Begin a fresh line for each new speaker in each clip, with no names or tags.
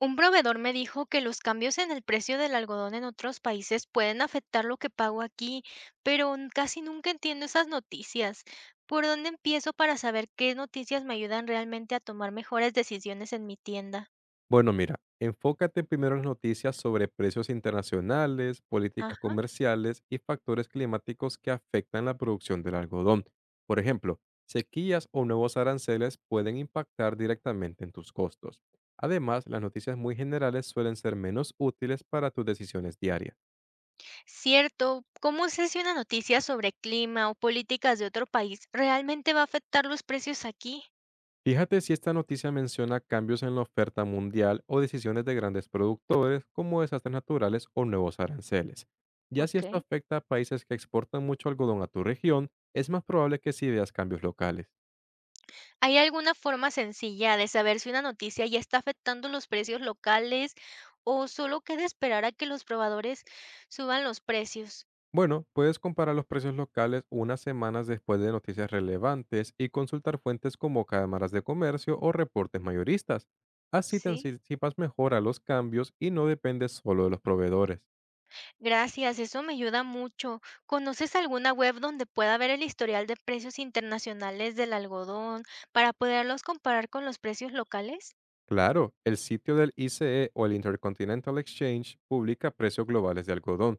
Un proveedor me dijo que los cambios en el precio del algodón en otros países pueden afectar lo que pago aquí, pero casi nunca entiendo esas noticias. ¿Por dónde empiezo para saber qué noticias me ayudan realmente a tomar mejores decisiones en mi tienda?
Bueno, mira, enfócate primero en las noticias sobre precios internacionales,
Ah,
políticas comerciales y factores climáticos que afectan la producción del algodón. Por ejemplo, sequías o nuevos aranceles pueden impactar directamente en tus costos. Además, las noticias muy generales suelen ser menos útiles para tus decisiones diarias.
cierto. ¿Cómo sé si una noticia sobre clima o políticas de otro país realmente va a afectar los precios aquí?
Fíjate si esta noticia menciona cambios en la oferta mundial o decisiones de grandes productores como desastres naturales o nuevos aranceles. Ya si
Ok.
esto afecta a países que exportan mucho algodón a tu región, es más probable que sí veas cambios locales.
¿Hay alguna forma sencilla de saber si una noticia ya está afectando los precios locales o solo queda esperar a que los probadores suban los precios?
Bueno, puedes comparar los precios locales unas semanas después de noticias relevantes y consultar fuentes como cámaras de comercio o reportes mayoristas. Así te
Sí,
anticipas mejor a los cambios y no dependes solo de los proveedores.
gracias, eso me ayuda mucho. ¿Conoces alguna web donde pueda ver el historial de precios internacionales del algodón para poderlos comparar con los precios locales?
Claro, el sitio del ICE o el Intercontinental Exchange publica precios globales de algodón.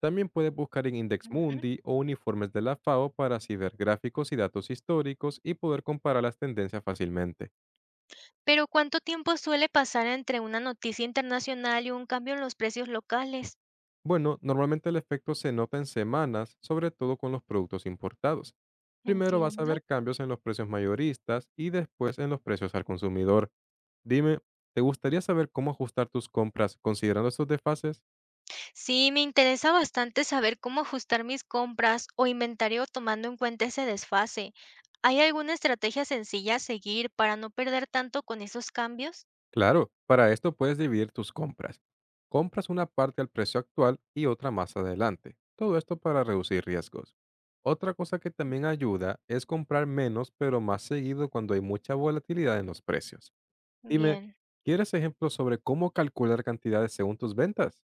También puedes buscar en Index
Ujú.
Mundi o uniformes de la FAO para así ver gráficos y datos históricos y poder comparar las tendencias fácilmente.
Pero ¿cuánto tiempo suele pasar entre una noticia internacional y un cambio en los precios locales?
Bueno, normalmente el efecto se nota en semanas, sobre todo con los productos importados. Primero vas a
Entiendo.
ver cambios en los precios mayoristas y después en los precios al consumidor. Dime, ¿te gustaría saber cómo ajustar tus compras considerando estos desfases?
Sí, me interesa bastante saber cómo ajustar mis compras o inventario tomando en cuenta ese desfase. ¿Hay alguna estrategia sencilla a seguir para no perder tanto con esos cambios?
Claro, para esto puedes dividir tus compras. Compras una parte al precio actual y otra más adelante. Todo esto para reducir riesgos. Otra cosa que también ayuda es comprar menos pero más seguido cuando hay mucha volatilidad en los precios. Dime,
Bien.
¿quieres ejemplos sobre cómo calcular cantidades según tus ventas?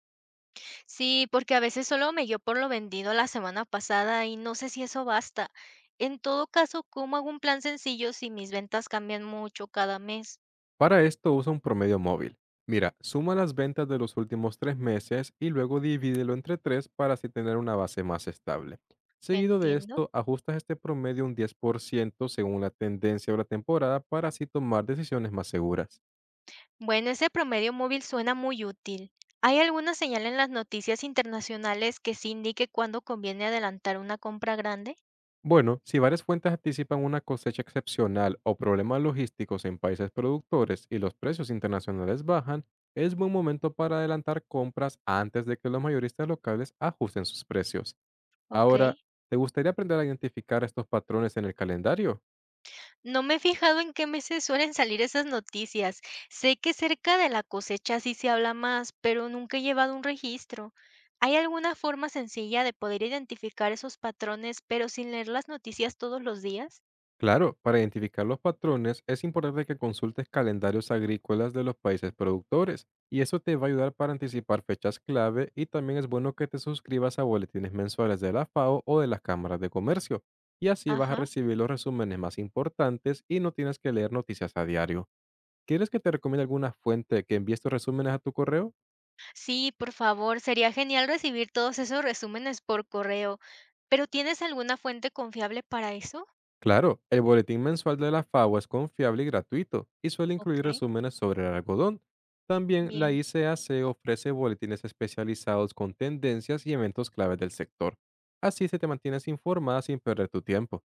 Sí, porque a veces solo me guío por lo vendido la semana pasada y no sé si eso basta. En todo caso, ¿cómo hago un plan sencillo si mis ventas cambian mucho cada mes?
Para esto usa un promedio móvil. Mira, suma las ventas de los últimos 3 meses y luego divídelo entre tres para así tener una base más estable. Seguido de
Entiendo.
esto, ajustas este promedio un 10% según la tendencia o la temporada para así tomar decisiones más seguras.
Bueno, ese promedio móvil suena muy útil. ¿Hay alguna señal en las noticias internacionales que sí indique cuándo conviene adelantar una compra grande?
Bueno, si varias fuentes anticipan una cosecha excepcional o problemas logísticos en países productores y los precios internacionales bajan, es buen momento para adelantar compras antes de que los mayoristas locales ajusten sus precios.
Ok.
Ahora, ¿te gustaría aprender a identificar estos patrones en el calendario?
No me he fijado en qué meses suelen salir esas noticias. Sé que cerca de la cosecha sí se habla más, pero nunca he llevado un registro. ¿Hay alguna forma sencilla de poder identificar esos patrones, pero sin leer las noticias todos los días?
Claro, para identificar los patrones es importante que consultes calendarios agrícolas de los países productores y eso te va a ayudar para anticipar fechas clave y también es bueno que te suscribas a boletines mensuales de la FAO o de las cámaras de comercio y así vas a
Ajá.
recibir los resúmenes más importantes y no tienes que leer noticias a diario. ¿Quieres que te recomiende alguna fuente que envíe estos resúmenes a tu correo?
Sí, por favor, sería genial recibir todos esos resúmenes por correo, pero ¿tienes alguna fuente confiable para eso?
Claro, el boletín mensual de la FAO es confiable y gratuito y suele incluir
Ok.
resúmenes sobre el algodón. También la
Bien.
ICAC ofrece boletines especializados con tendencias y eventos claves del sector. Así se te mantienes informada sin perder tu tiempo.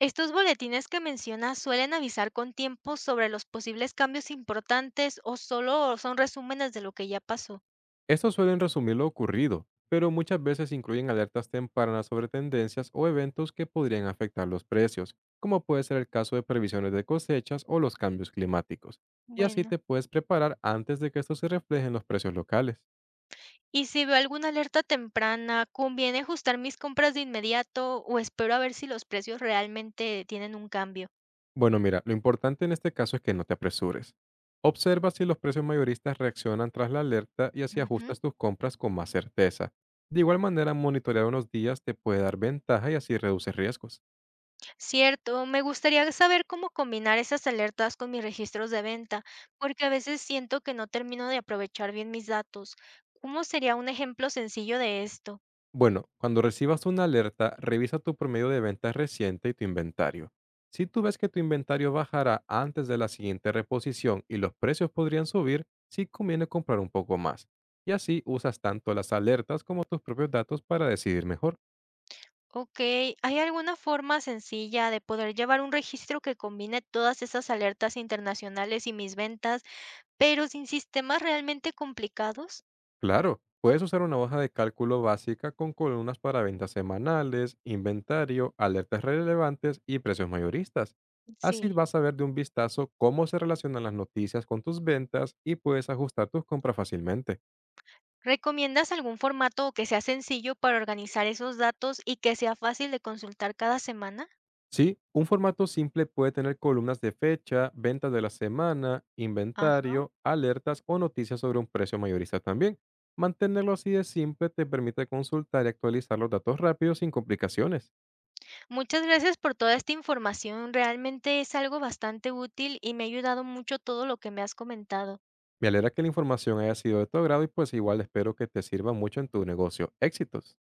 Estos boletines que mencionas suelen avisar con tiempo sobre los posibles cambios importantes o solo son resúmenes de lo que ya pasó.
Estos suelen resumir lo ocurrido, pero muchas veces incluyen alertas tempranas sobre tendencias o eventos que podrían afectar los precios, como puede ser el caso de previsiones de cosechas o los cambios climáticos. Y así
Bueno.
te puedes preparar antes de que esto se refleje en los precios locales.
Y si veo alguna alerta temprana, ¿conviene ajustar mis compras de inmediato o espero a ver si los precios realmente tienen un cambio?
Bueno, mira, lo importante en este caso es que no te apresures. Observa si los precios mayoristas reaccionan tras la alerta y así
Ujú.
ajustas tus compras con más certeza. De igual manera, monitorear unos días te puede dar ventaja y así reduces riesgos.
Cierto, me gustaría saber cómo combinar esas alertas con mis registros de venta, porque a veces siento que no termino de aprovechar bien mis datos. ¿Cómo sería un ejemplo sencillo de esto?
Bueno, cuando recibas una alerta, revisa tu promedio de ventas reciente y tu inventario. Si tú ves que tu inventario bajará antes de la siguiente reposición y los precios podrían subir, sí conviene comprar un poco más. Y así usas tanto las alertas como tus propios datos para decidir mejor.
Ok, ¿hay alguna forma sencilla de poder llevar un registro que combine todas esas alertas internacionales y mis ventas, pero sin sistemas realmente complicados?
Claro, puedes usar una hoja de cálculo básica con columnas para ventas semanales, inventario, alertas relevantes y precios mayoristas. Así
Sí.
vas a ver de un vistazo cómo se relacionan las noticias con tus ventas y puedes ajustar tus compras fácilmente.
¿Recomiendas algún formato que sea sencillo para organizar esos datos y que sea fácil de consultar cada semana?
Sí, un formato simple puede tener columnas de fecha, ventas de la semana,
Ajá.
inventario, alertas o noticias sobre un precio mayorista también. Mantenerlo así de simple te permite consultar y actualizar los datos rápido sin complicaciones.
Muchas gracias por toda esta información. Realmente es algo bastante útil y me ha ayudado mucho todo lo que me has comentado.
Me alegra que la información haya sido de tu agrado y pues igual espero que te sirva mucho en tu negocio. Éxitos.